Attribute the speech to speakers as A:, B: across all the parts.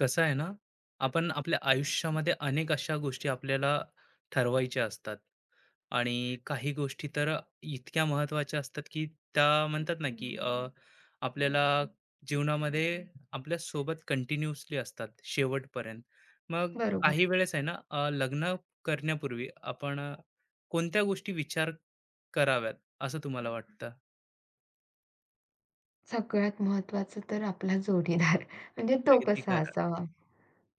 A: कसं आहे ना, आपण आपल्या आयुष्यामध्ये अनेक अशा गोष्टी आपल्याला ठरवायच्या असतात आणि काही गोष्टी तर इतक्या महत्त्वाच्या असतात, की त्या म्हणतात ना, की आपल्याला जीवनामध्ये आपल्यासोबत कंटिन्यूअसली असतात शेवटपर्यंत. मग
B: बरोबर.
A: काही वेळेस आहे ना, लग्न करण्यापूर्वी आपण कोणत्या गोष्टी विचार कराव्यात असं तुम्हाला वाटतं?
B: सगळ्यात महत्त्वाचं तर आपला जोडीदार म्हणजे तो
A: अगदी
B: कसा
A: खरं.
B: असावा,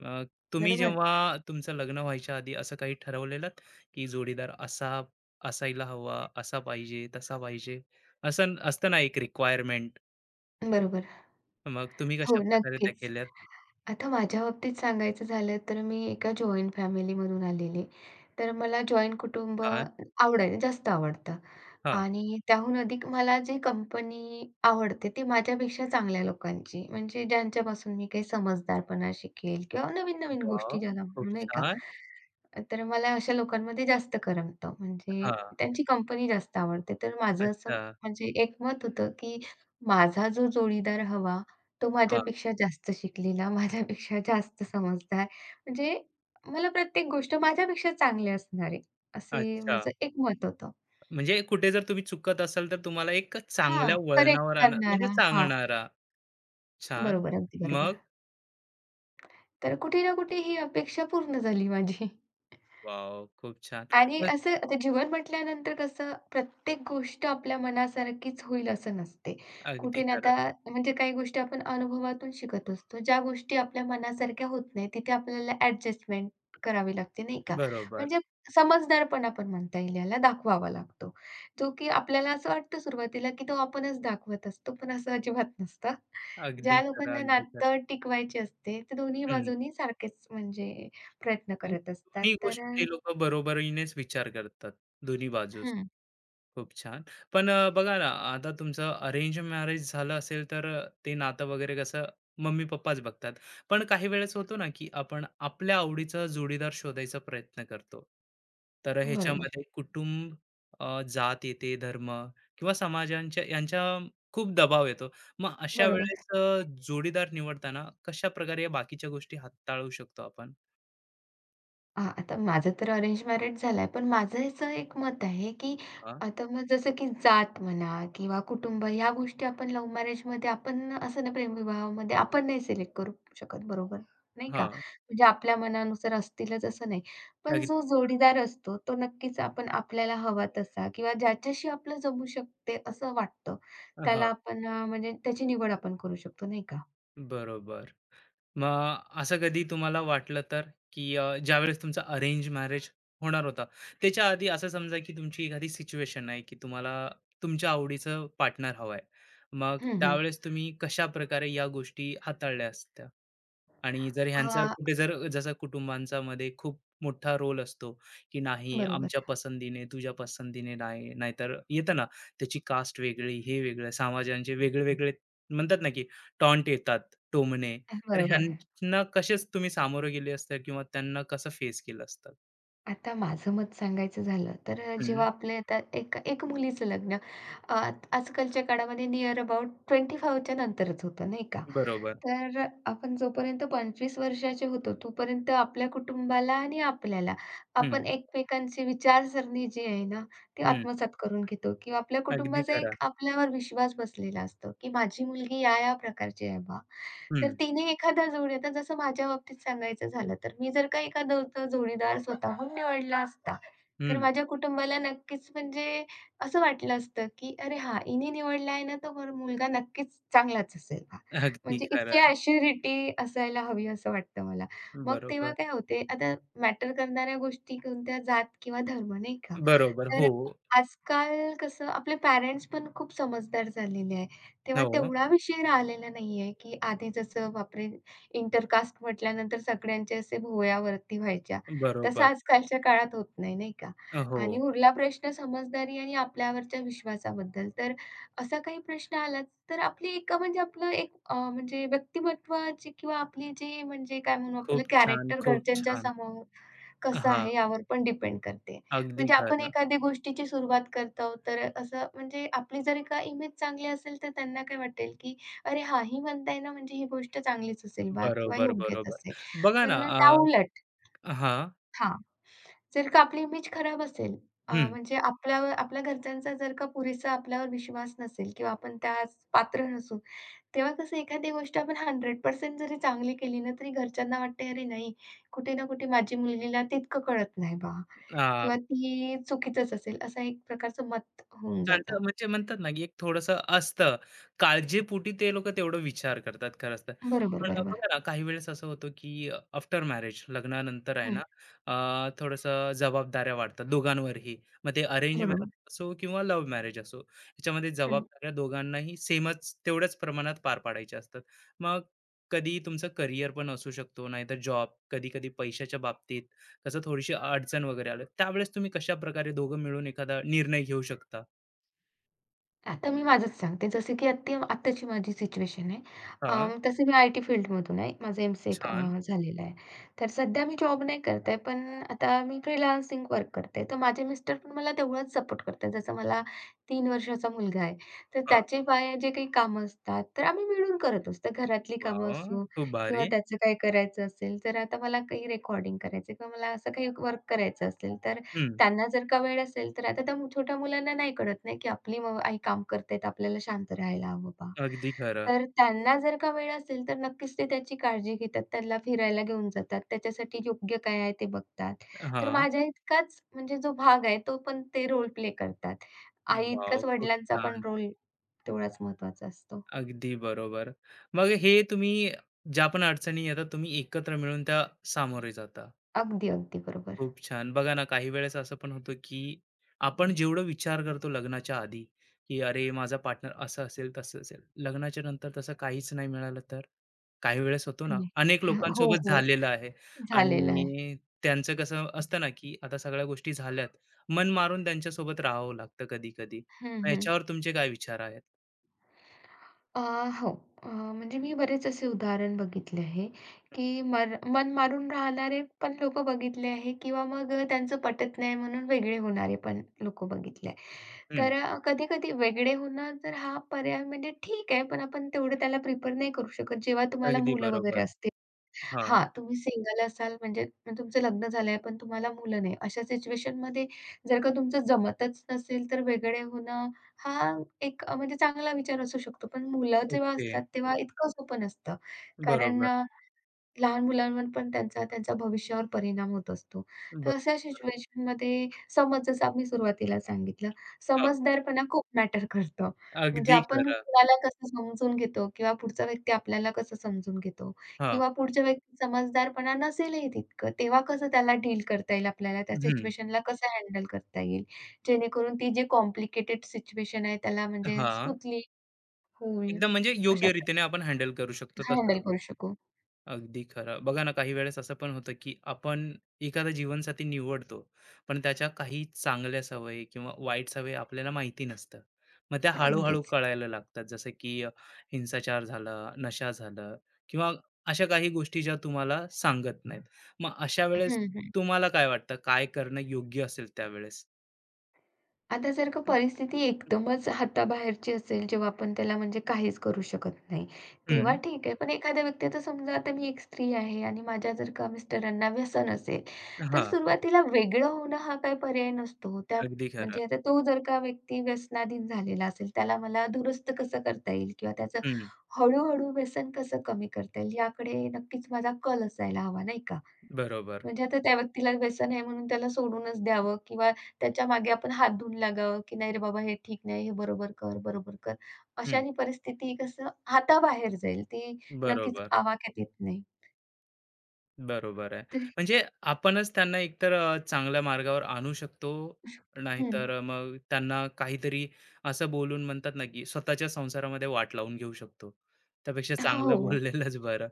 A: अ, तुम्ही
B: बरोबर?
A: जेव्हा तुमचं लग्न व्हायच्या आधी असं काही ठरवलेलत, की जोडीदार असा असायला हवा, असा पाहिजे, तसा पाहिजे, असं असतं ना एक रिक्वायरमेंट.
B: बरोबर.
A: मग तुम्ही
B: हो,
A: कशाप्रकारे त्या
B: नक्कीच.
A: केल्यात?
B: आता माझ्या बाबतीत सांगायचं झालं तर मी एका जॉइंट फॅमिलीमधून आलेले. तर मला जॉइंट कुटुंब
A: हां,
B: जास्त आवडतं.
A: हां.
B: आणि त्याहून अधिक मला जी कंपनी आवडते ती माझ्यापेक्षा चांगल्या लोकांची, म्हणजे ज्यांच्यापासून मी काही समजदारपणा शिकेल किंवा नवीन-नवीन
A: वॉव!
B: गोष्टी ज्याला म्हणू
A: खूप
B: नाही का?
A: छान.
B: तर मला अशा लोकांमध्ये जास्त करमतं. म्हणजे
A: हां,
B: त्यांची कंपनी जास्त आवडते. तर माझं असं
A: अच्छा.
B: म्हणजे एक मत होतं, की माझा जो जोडीदार हवा तो
A: हां,
B: माझ्यापेक्षा जास्त शिकलेला, माझ्यापेक्षा जास्त समजदार, म्हणजे मला प्रत्येक गोष्ट माझ्यापेक्षा चांगली असणारे, असे
A: अच्छा.
B: माझं एक मत होतं.
A: म्हणजे कुठे जर तुम्ही चुकत असाल, तर तुम्हाला एक
B: हां,
A: चांगल्या
B: करेक्ट
A: वळणावर आणा म्हणजे
B: करणारा. हां,
A: सांगणारा. छान.
B: बरोबर, अगदी
A: मग?
B: बरोबर. तर कुठे ना कुठे ही अपेक्षा पूर्ण झाली माझी.
A: वॉव! खूप छान.
B: आणि
A: मग
B: असं आता जीवन म्हटल्यानंतर कसं प्रत्येक गोष्ट आपल्या मनासारखीच होईल असं नसते.
A: अगदी
B: कुठे ना
A: खरं.
B: आता म्हणजे काही गोष्टी आपण अनुभवातून शिकत असतो. ज्या गोष्टी आपल्या मनासारख्या होत नाही, तिथे आपल्याला ॲडजस्टमेंट करावी लागते, नाही का?
A: बरोबर.
B: म्हणजे समजदारपणा पण म्हणता येईल याला, दाखवावा लागतो. जो की आपल्याला असं वाटतं सुरुवातीला, की तो आपणच दाखवत असतो, पण असं अजिबात नसतं.
A: अगदी
B: ज्या
A: खरं,
B: लोकांना
A: अगदी खरं.
B: नातं टिकवायचे असते, ते दोन्ही
A: हं.
B: बाजूंनी सारखेच म्हणजे प्रयत्न करत असतात.
A: दोन्ही
B: तर
A: गोष्टी ते लोकं बरोबरीनेच विचार करतात, दोन्ही बाजूस.
B: हं.
A: खूप छान. पण बघा ना, आता तुमचं अरेंज मॅरेज झालं असेल, तर ते नातं वगैरे कसं मम्मी-पप्पाच बघतात. पण काही वेळेस होतो ना, की आपण आपल्या आवडीचा जोडीदार शोधायचा प्रयत्न करतो. तर
B: बरोबर,
A: ह्याच्यामध्ये कुटुंब, जात येते, धर्म किंवा समाजांच्या यांच्या खूप दबाव येतो. मग अशा
B: बरोबर.
A: वेळेस जोडीदार निवडताना कशाप्रकारे या बाकीच्या गोष्टी हाताळू शकतो आपण?
B: हां, आता माझं तर अरेंज मॅरेज झालाय, पण माझं याचं एक मत आहे, की
A: हां.
B: आता मग जसं की जात म्हणा किंवा कुटुंब ह्या गोष्टी आपण लव्ह मॅरेजमध्ये आपण असं ना प्रेमविवाहामध्ये आपण नाही सिलेक्ट करू शकत, बरोबर, नाही का?
A: हां,
B: म्हणजे आपल्या मनानुसार असतीलच असं नाही. पण
A: अगदी.
B: जो जोडीदार असतो तो नक्कीच आपण आपल्याला हवा तसा किंवा ज्याच्याशी आपलं जमू शकते असं वाटतं, त्याला
A: हां,
B: आपण म्हणजे त्याची निवड आपण करू शकतो, नाही का?
A: बरोबर. मग असं कधी तुम्हाला वाटलं तर की ज्यावेळेस तुमचा अरेंज मॅरेज होणार होता त्याच्या आधी असं समजा की तुमची एखादी सिच्युएशन आहे की तुम्हाला तुमच्या आवडीचं पार्टनर हवंय मग
B: हं, हं.
A: त्यावेळेस तुम्ही कशा प्रकारे या गोष्टी हाताळल्या असत्या आणि जर ह्यांचं
B: हां,
A: कुठे जर जसं कुटुंबांच्यामध्ये खूप मोठा रोल असतो, की नाही
B: बरोबर,
A: आमच्या पसंतीने, तुझ्या पसंतीने नाही. नाहीतर येतं ना, त्याची कास्ट वेगळी, हे वेगळं, समाजांचे वेगळे-वेगळे म्हणतात ना, की टॉन्ट येतात, टोमणे. तर
B: बरोबर.
A: ह्यांना कसेच तुम्ही सामोरं गेले असता किंवा त्यांना कसं फेस केलं असतं?
B: आता माझं मत सांगायचं झालं तर
A: हं,
B: जेव्हा आपले आता एक एक मुलीचं लग्न अ, आजकालच्या काळामध्ये नियर अबाउट 25 च्या नंतरच होतं नाही का?
A: बरोबर.
B: तर आपण जोपर्यंत 25 वर्षाचे होतो, तोपर्यंत आपल्या कुटुंबाला आणि आपल्याला
A: हं,
B: आपण एकमेकांची विचारसरणी जी आहे ना, ती
A: हं.
B: आत्मसात करून घेतो किंवा आपल्या
A: अगदी
B: कुटुंबाचा
A: खरा.
B: एक आपल्यावर विश्वास बसलेला असतो, की माझी मुलगी या-या प्रकारची आहे बा. तर
A: हं,
B: तिने एखादा जोडी आता जसं माझ्या बाबतीत सांगायचं झालं, तर मी जर का एखादा तो जोडीदार स्वतःहून निवडला असता, तर
A: हं.
B: माझ्या कुटुंबाला नक्कीच म्हणजे असं वाटलं असतं, की "अरे हां, हिने निवडला आहे ना, तो मुलगा नक्कीच चांगलाच असेल."
A: अगदी
B: म्हणजे
A: खरा.
B: इतकी ॲश्युरिटी असायला हवी असं वाटतं मला. मग तेव्हा
A: बरोबर.
B: काय होते, आता मॅटर करणाऱ्या गोष्टी कोणत्या जात किंवा धर्म नाही का?
A: बरोबर.
B: तर
A: हो, हो.
B: आजकाल कसं आपले पॅरेंट्स पण खूप समजदार झालेले आहे. तेव्हा तेवढा विषय राहिलेला नाहीये, की आधी जसं बापरे! इंटरकास्ट म्हटल्यानंतर सगळ्यांचे असे भुवया व्हायच्या. तसं
A: बरोबर.
B: आजकालच्या काळात होत नाही, नाही का? आणि
A: हो.
B: उरला प्रश्न समजदारी आणि आपल्यावरच्या विश्वासाबद्दल. तर असा काही प्रश्न आलाच, तर आपली एक म्हणजे आपलं एक म्हणजे व्यक्तिमत्त्वाची किंवा आपली जे म्हणजे काय म्हणू
A: खूप
B: आपलं
A: छान,
B: कॅरेक्टर
A: खूप
B: घरच्यांच्या
A: छान.
B: समोर कसं
A: हां,
B: आहे यावर पण डिपेंड करते.
A: अगदी
B: म्हणजे आपण
A: खरं.
B: एखाद्या गोष्टीची सुरुवात करतो, तर असं म्हणजे आपली जर का इमेज चांगली असेल, तर त्यांना काय वाटेल, की "अरे हां, ही म्हणताय ना, म्हणजे ही गोष्ट चांगलीच असेल बा किंवा
A: बरोबर,
B: योग्यच
A: बरोबर.
B: असेल."
A: बघा ना,
B: पण त्याउलट
A: हां,
B: हां. जर का आपली इमेज खराब असेल
A: हं.
B: म्हणजे आपल्यावर आपल्या घरच्यांचा जर का पुरेसा आपल्यावर विश्वास नसेल किंवा आपण त्यास पात्र नसू, तेव्हा कसं एखादी गोष्ट आपण 100% जरी चांगली केली ना, तरी घरच्यांना वाटते, "अरे नाही, कुठे ना कुठे माझी मुलगीला तितकं कळत नाही बा." किंवा ती चुकीचंच असेल, असं एक प्रकारचं मत होऊन जातं.
A: त्यांचं म्हणजे म्हणतात ना, की एक थोडंसं असतं. काळजीपोटी ते लोकं तेवढं विचार करतात खरंच तर.
B: बरोबर,
A: पण
B: बरोबर.
A: बघा ना, काही वेळेस असं होतं, की आफ्टर मॅरेज लग्नानंतर आहे ना,
B: हं,
A: अ, जबाबदाऱ्या वाढतात दोघांवरही. मग ते अरेंज मॅरेज
B: बरोबर.
A: असो किंवा लव्ह मॅरेज असो, याच्यामध्ये
B: हं.
A: जबाबदाऱ्या दोघांनाही सेमच तेवढ्याच प्रमाणात पार पाडायच्या असतात. मग कधी तुमचं करिअर पण असू शकतो, नाहीतर जॉब, कधी-कधी पैशाच्या बाबतीत कसं थोडीशी अडचण वगैरे आलं, त्यावेळेस तुम्ही कशाप्रकारे दोघं मिळून एखादा निर्णय घेऊ शकता?
B: आता मी माझंच सांगते. जसं की आत्ताची माझी सिच्युएशन आहे.
A: हां,
B: तसं मी आय-टी फील्डमधून आहे. माझं एम-टेक
A: छान.
B: झालेलं आहे. तर सध्या मी जॉब नाही करत आहे, पण आता मी फ्रीलान्सिंग वर्क करते. तर माझे मिस्टर पण मला तेवढंच सपोर्ट करतात. जसं मला 3 वर्षाचा मुलगा आहे, तर
A: हां,
B: त्याचे बाहेर जे काही कामं असतात, तर आम्ही मिळून करत असतो. घरातली कामं
A: वाह!
B: असो
A: खूप
B: किंवा
A: भारी.
B: त्याचं काही करायचं असेल, तर आता मला काही रेकॉर्डिंग करायचं किंवा मला असं काही वर्क करायचं असेल, तर
A: हं,
B: त्यांना जर का वेळ असेल, तर आता त्या छोट्या मुलांना नाही कळत नाही, की आपली आई काम करतायेत, आपल्याला शांत राहायला हवं बा.
A: अगदी खरं.
B: तर त्यांना जर का वेळ असेल, तर नक्कीच ते त्याची काळजी घेतात. त्याला फिरायला घेऊन जातात. त्याच्यासाठी योग्य काय आहे ते बघतात. तर
A: हां,
B: माझ्या इतकाच म्हणजे जो भाग आहे, तो पण ते रोल प्ले करतात. आई
A: वॉव!
B: इतकाच
A: खूप
B: वडिलांचा पण
A: छान.
B: रोल तेवढाच महत्त्वाचा असतो.
A: अगदी बरोबर. मग हे तुम्ही ज्या पण अडचणी येतात तुम्ही एकत्र मिळून त्या सामोरे जाता.
B: अगदी बरोबर.
A: खूप छान. बघा ना, काही वेळेस असं पण होतं, की आपण जेवढं विचार करतो लग्नाच्या आधी, की "अरे, माझा पार्टनर असं असेल, तसं असेल." लग्नाच्या नंतर तसं काहीच नाही मिळालं तर? काही वेळेस होतो ना,
B: नाही.
A: अनेक
B: हो,
A: लोकांसोबत
B: हो.
A: झालेलं आहे
B: झालेलं आहे.
A: आणि त्यांचं कसं असतं ना, की आता सगळ्या गोष्टी झाल्यात. मन मारून त्यांच्यासोबत राहावं लागतं कधी-कधी.
B: हं,
A: मग
B: हं.
A: याच्यावर तुमचे काय विचार आहेत?
B: अ, हो. अ, म्हणजे मी बरेच असे उदाहरण बघितले आहे, की मन मारून राहणारे पण लोकं बघितले आहे किंवा मग त्यांचं पटत नाही म्हणून वेगळे होणारे पण लोकं बघितले आहे.
A: हं,
B: तर कधी-कधी वेगळे होणं तर हा पर्याय म्हणजे ठीक आहे, पण आपण तेवढं त्याला प्रिफर नाही करू शकत. जेव्हा तुम्हाला
A: अगदी
B: मुलं वगैरे
A: बरोबर.
B: असतील.
A: हां,
B: हां, तुम्ही सिंगल असाल म्हणजे तुमचं लग्न झालं पण तुम्हाला मुलं नाही. अशा सिच्युएशनमध्ये जर का तुमचं जमतच नसेल, तर वेगळे होणं हा एक म्हणजे चांगला विचार असू शकतो. पण मुलं जेव्हा
A: ओके.
B: असतात तेव्हा इतकं सोपं नसतं. कारण
A: बरोबर.
B: लहान मुलांवर पण त्यांचा त्यांच्या भविष्यावर परिणाम होत असतो.
A: ब
B: तर अशा सिच्युएशनमध्ये समज जसं आम्ही सुरुवातीला सांगितलं,
A: हां,
B: समजदारपणा खूप मॅटर करतो. म्हणजे
A: अगदी
B: आपण
A: खरं.
B: कुणाला कसं समजून घेतो किंवा पुढचा व्यक्ती आपल्याला कसं समजून घेतो
A: हां,
B: किंवा पुढच्या व्यक्ती समजदारपणा नसेलही तितकं, तेव्हा कसं त्याला डील करता येईल आपल्याला, त्या
A: हं.
B: सिच्युएशनला कसं हँडल करता येईल, जेणेकरून ती जी कॉम्प्लिकेटेड सिच्युएशन आहे त्याला म्हणजे
A: हां,
B: स्मूथली होईल,
A: एकदम म्हणजे
B: अशा
A: योग्य
B: प्रकारे
A: रीतीने आपण हँडल करू शकतो तसं.
B: हँडल करू शकू.
A: अगदी खरं. बघा ना, काही वेळेस असं पण होतं, की आपण एखादा जीवनसाथी निवडतो, पण त्याच्या काही चांगल्या सवयी किंवा वाईट सवयी आपल्याला माहिती नसतं. मग त्या हळू-हळू
B: अगदीच.
A: कळायला लागतात. जसं की हिंसाचार झाला, नशा झालं किंवा अशा काही गोष्टी ज्या तुम्हाला सांगत नाहीत. मग अशा वेळेस
B: हं, हं.
A: तुम्हाला काय वाटतं, काय करणं योग्य असेल त्यावेळेस?
B: आता जर का परिस्थिती एकदमच हाताबाहेरची असेल, जेव्हा आपण त्याला म्हणजे काहीच करू शकत नाही, तेव्हा
A: हं.
B: ठीक आहे. पण एखाद्या व्यक्तीचं समजा आता मी एक स्त्री आहे आणि माझ्या जर का मिस्टरांना व्यसन असेल, तर
A: हां,
B: सुरुवातीला वेगळं होणं हा काही पर्याय नसतो.
A: अगदी खरं.
B: म्हणजे आता तो जर का व्यक्ती व्यसनाधीन झालेला असेल, त्याला मला दुरुस्त कसं करता येईल किंवा त्याचं
A: हं,
B: व्यसन कसं कमी करता येईल, याकडे नक्कीच माझा कल असायला हवा, नाही का?
A: बरोबर.
B: म्हणजे आता त्या व्यक्तीला व्यसन आहे म्हणून त्याला सोडूनच द्यावं किंवा त्याच्यामागे आपण हात धुवून लागावं, की "नाही रे बाबा, हे ठीक नाही, हे बरोबर कर, बरोबर कर."
A: हं.
B: अशाने परिस्थिती कसं हाताबाहेर जाईल. ती नक्कीच
A: बरोबर.
B: आवाक्यात येत नाही.
A: बरोबर आहे.
B: तर
A: म्हणजे आपणच त्यांना एकतर चांगल्या मार्गावर आणू शकतो,
B: हं.
A: नाहीतर मग त्यांना काहीतरी असं बोलून म्हणतात ना, की स्वतःच्या संसारामध्ये वाट लावून घेऊ शकतो. त्यापेक्षा चांगलं
B: हो.
A: बोललेलंच बरं.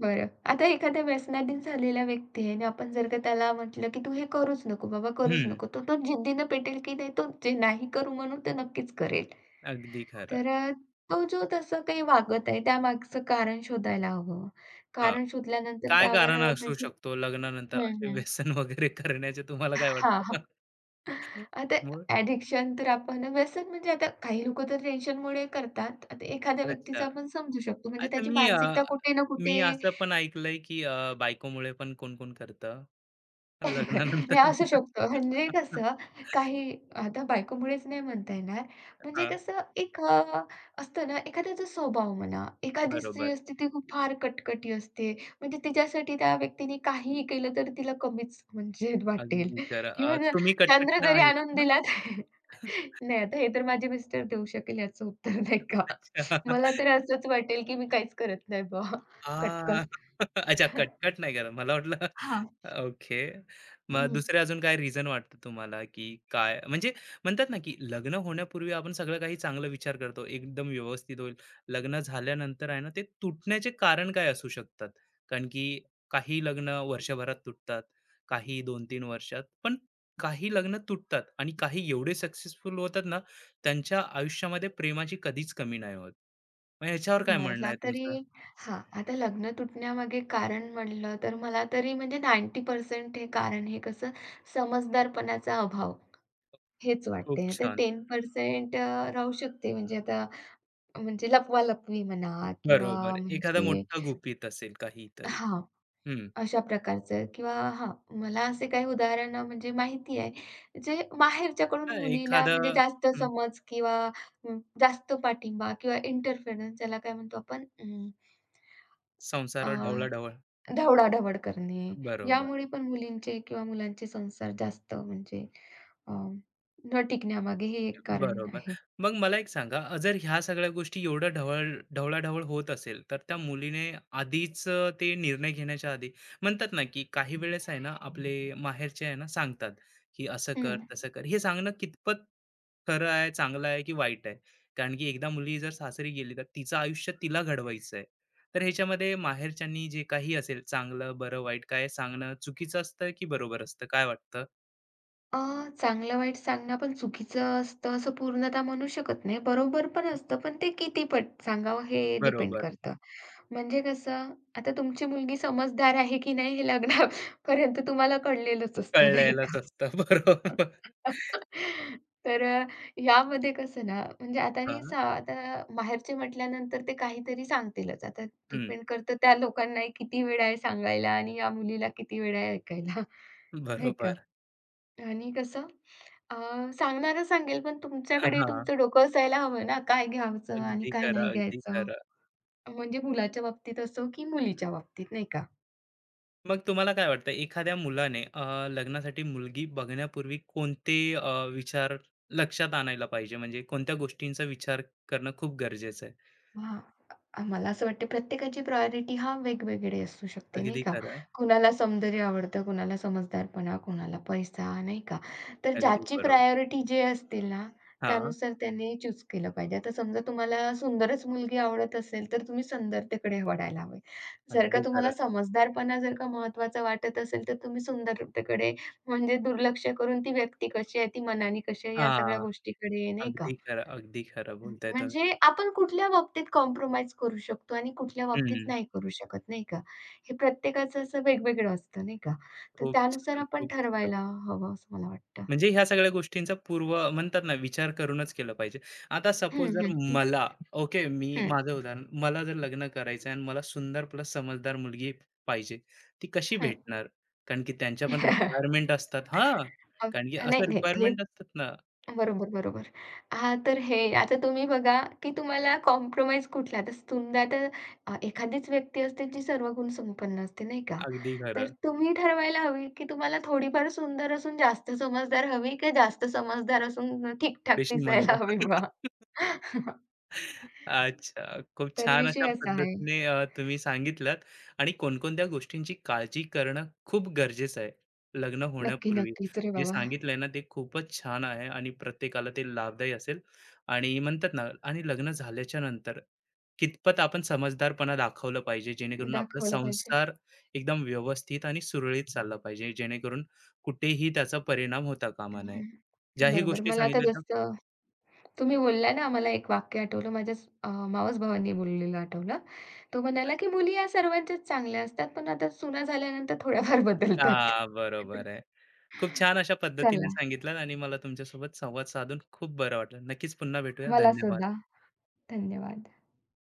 B: बरं. आता एखादा व्यसनाधीन झालेला व्यक्ती आहे आणि आपण जर का त्याला म्हटलं, की "तू हे करूच नको बाबा, करूच
A: हं,
B: नको." तर तो जिद्दीनं पेटेल, की नाही तो जे नाही करू म्हणून ते नक्कीच करेल.
A: अगदी खरं.
B: तर तो जो तसं काही वागत आहे त्यामागचं कारण शोधायला हवं.
A: हां,
B: कारण शोधल्यानंतर
A: काय
B: त्यावर
A: कारण असू
B: म्हणजे
A: शकतो लग्नानंतर
B: हं,
A: असे
B: हं.
A: व्यसन वगैरे करण्याचे तुम्हाला काय
B: हां, हां.
A: वाटतं?
B: आता
A: मग?
B: ॲडिक्शन तर आपण व्यसन म्हणजे आता काही लोकं तर टेन्शनमुळे करतात. आता एखाद्या
A: अच्छा.
B: व्यक्तीचं आपण समजू शकतो म्हणजे
A: अच्छा
B: त्याची मानसिकता कुठे ना कुठे
A: मी असं पण ऐकलंय, की बायकोमुळे पण कोण-कोण करतं.
B: नाही
A: लग्नानंतर
B: असू शकतो. म्हणजे कसं काही आता बायकोमुळेच नाही म्हणता येणार. म्हणजे
A: हां,
B: कसं एक असतं ना एखाद्याचा स्वभाव म्हणा, एखादी स्त्री
A: बरोबर.
B: असते ती खूप फार कटकटी असते. म्हणजे तिच्यासाठी त्या व्यक्तीने काहीही केलं तर तिला कमीच म्हणजे वाटेल.
A: अगदी खरं.
B: इव्हन
A: तुम्ही
B: चंद्र
A: कटकट
B: जरी
A: आहेत
B: आणून
A: ना?
B: दिला तर नाही आता हे तर माझे मिस्टर देऊ शकेल याचं उत्तर नाही का.
A: अच्छा.
B: मला तर असंच वाटेल की मी काहीच करत नाही बुवा
A: आ
B: कटकट.
A: अच्छा कटकट नाही करत. मला वाटलं
B: हां.
A: ओके. मग
B: हं.
A: दुसरे अजून काय रिझन वाटतं तुम्हाला, की काय म्हणजे म्हणतात ना, की लग्न होण्यापूर्वी आपण सगळं काही चांगला विचार करतो. एकदम व्यवस्थित होईल. लग्न झाल्यानंतर आहे ना, ते तुटण्याचे कारण काय असू शकतात? कारण की काही लग्न वर्षभरात तुटतात, काही 2-3 वर्षात. पण काही लग्न तुटतात आणि काही एवढे सक्सेसफुल होतात ना, त्यांच्या आयुष्यामध्ये प्रेमाची कधीच कमी नाही होत. मग ह्याच्यावर काय म्हणणं
B: मला
A: आहे
B: तरी
A: तुमचं?
B: हां, आता लग्न तुटण्यामागे कारण म्हटलं तर मला तरी म्हणजे 90% हे कारण हे कसं समजदारपणाचा अभाव हेच
A: खूप
B: वाटते. आता
A: छान.
B: 10% राहू शकते म्हणजे आता म्हणजे लपवा-लपवी म्हणा किंवा
A: बरोबर. एखादं
B: म्हणजे
A: मोठं गुपित असेल काहीतरी.
B: हां,
A: हं.
B: अशा प्रकारचं किंवा हां, मला असे काही उदाहरणं म्हणजे माहिती आहे जे माहेरच्याकडून
A: हां,
B: मुलीला
A: एखादा
B: म्हणजे जास्त
A: हं,
B: समज किंवा जास्त पाठिंबा किंवा इंटरफेरन्स ज्याला काय म्हणतो आपण
A: संसारात ढवळाढवळ.
B: धावडा-धावड करणे,
A: बरोबर.
B: यामुळे पण मुलींचे किंवा मुलांचे संसार जास्त म्हणजे अ, न टिकण्यामागे हे एक कारण
A: बरोबर.
B: आहे.
A: मग मला एक सांगा, जर ह्या सगळ्या गोष्टी एवढं ढवळ ढवळाढवळ होत असेल, तर त्या मुलीने आधीच ते निर्णय घेण्याच्या आधी म्हणतात ना, की काही वेळेस आहे ना, आपले माहेरचे आहे ना, सांगतात, की असं कर,
B: हं.
A: तसं कर. हे सांगणं कितपत खरं आहे, चांगलं आहे की वाईट आहे? कारण की एकदा मुलगी जर सासरी गेली, तर तिचं आयुष्य तिला घडवायचं आहे. तर ह्याच्यामध्ये माहेरच्यांनी जे काही असेल, चांगलं, बरं, वाईट काय सांगणं चुकीचं असतं की बरोबर असतं? काय वाटतं?
B: अ, चांगलं-वाईट सांगणं पण चुकीचं असतं असं पूर्णतः म्हणू शकत नाही. बरोबर पण असतं, पण ते किती पट सांगावं हे डिपेंड
A: बरोबर.
B: करतं. म्हणजे कसं, आता तुमची मुलगी समजदार आहे की नाही हे लग्नापर्यंत तुम्हाला कळलेलंच असतं नाही का?
A: कळलेलंच असतं. बरोबर.
B: तर यामध्ये कसं ना, म्हणजे आता नाही
A: हां,
B: सा आता माहेरचे म्हटल्यानंतर ते काहीतरी सांगतीलच. आता
A: हं,
B: डिपेंड करतं त्या लोकांना किती वेळ आहे सांगायला आणि या मुलीला किती वेळ आहे ऐकायला, नाही का?
A: बरोबर.
B: आणि कसं अ, सांगणारा सांगेल, पण तुमच्याकडे
A: हां,
B: तुमचं डोकं असायला हवं ना, काय घ्यायचं आणि
A: अगदी
B: काय
A: खरं,
B: नाही
A: अगदी
B: घ्यायचं.
A: खरं.
B: म्हणजे मुलाच्या बाबतीत असो की मुलीच्या बाबतीत, नाही का?
A: मग तुम्हाला काय वाटतं एखाद्या मुलाने लग्नासाठी मुलगी बघण्यापूर्वी कोणते विचार लक्षात आणायला पाहिजे? म्हणजे कोणत्या गोष्टींचा विचार करणं खूप गरजेचं आहे?
B: हां. मला असं वाटतं प्रत्येकाची प्रायोरिटी हा वेगवेगळी असू शकते, नाही
A: अगदी
B: का?
A: खरं,
B: कुणाला सौंदर्य आवडतं, कुणाला समजदारपणा, कुणाला पैसा, नाही का? तर
A: अगदी
B: ज्याची
A: बरोबर.
B: प्रायोरिटी जे असतील ना,
A: हां,
B: त्यानुसार त्याने चूज केलं पाहिजे. आता समजा तुम्हाला सुंदरच मुलगी आवडत असेल, तर तुम्ही सुंदरतेकडे वळायला हवे. जर का
A: अगदी खरं.
B: तुम्हाला समजदारपणा जर का महत्त्वाचा वाटत असेल, तर तुम्ही सुंदरतेकडे म्हणजे दुर्लक्ष करून ती व्यक्ती कशी आहे, ती मनाने कशी आहे, या सगळ्या
A: हां,
B: गोष्टीकडे, नाही का?
A: अगदी खरं, अगदी खरं
B: हं,
A: बोलताय तुम्ही.
B: म्हणजे आपण कुठल्या बाबतीत कॉम्प्रोमाईज करू शकतो आणि कुठल्या बाबतीत
A: हं,
B: नाही करू शकत, नाही का? हे प्रत्येकाचं असं वेगवेगळं असतं, नाही का? तर
A: खूप
B: त्यानुसार
A: छान,
B: आपण
A: खूप छान.
B: ठरवायला हवं असं मला वाटतं.
A: म्हणजे ह्या सगळ्या गोष्टींचा पूर्व म्हणतात ना विचार करूनच केला पाहिजे. आता सपोज
B: हं,
A: जर
B: हं,
A: मला ओके, मी
B: हं, हं,
A: माझं उदाहरण मला जर लग्न करायचं आहे आणि मला सुंदर प्लस समजदार मुलगी पाहिजे. ती कशी
B: हं.
A: भेटणार? कारण की त्यांच्या पण रिक्वायरमेंट असतात हां,
B: अग
A: कारण की
B: नाही,
A: असं
B: नाही. ते
A: रिक्वायरमेंट असतात ना.
B: बरोबर, बरोबर. हां, तर हे आता तुम्ही बघा, की तुम्हाला कॉम्प्रोमाईज कुठला आता समजा आता एखादीच व्यक्ती असते जी सर्व गुण संपन्न असते, नाही का?
A: अगदी
B: तर
A: खरं.
B: तुम्ही ठरवायला हवी, की तुम्हाला थोडीफार सुंदर असून जास्त समजदार हवी का जास्त समजदार असून ठीक-ठाक
A: थोडीशी मंद.
B: दिसायला हवी बा?
A: अच्छा. खूप
B: तर
A: छान अशा
B: विषय असा आहे.
A: पद्धतीने तुम्ही सांगितलंत आणि कोणकोणत्या गोष्टींची काळजी करणं खूप गरजेचं आहे, लग्न
B: नक्की,
A: होण्यापूर्वी.
B: नक्कीच. अरे
A: जे
B: बाबा!
A: सांगितलंय ना ते खूपच छान आहे आणि प्रत्येकाला ते लाभदायी असेल आणि म्हणतात ना आणि लग्न झाल्याच्या नंतर कितपत आपण समजदारपणा दाखवला पाहिजे, जेणेकरून आपला
B: दाखवलं पाहिजे.
A: संसार एकदम व्यवस्थित आणि सुरळीत चालला पाहिजे, जेणेकरून कुठेही त्याचा परिणाम होता कामा नये.
B: हं.
A: ज्याही
B: बरोबर.
A: गोष्टी
B: मला आता
A: सांगितल्या
B: जसं तुम्ही बोलला ना, मला एक वाक्य आठवलं. माझ्या मावस-भावांनी बोललेलं आठवलं. तो म्हणाला, की "मुली या सर्वांच्याच चांगल्या असतात, पण आता सुना झाल्यानंतर थोड्याफार
A: त्या
B: बदलतात."
A: हां, बरोबर आहे. खूप छान अशा पद्धतीने
B: चला,
A: सांगितलं आणि मला तुमच्यासोबत संवाद साधून खूप बरं वाटलं. नक्कीच पुन्हा भेटूया.
B: मला
A: धन्यवाद.
B: सुद्धा धन्यवाद.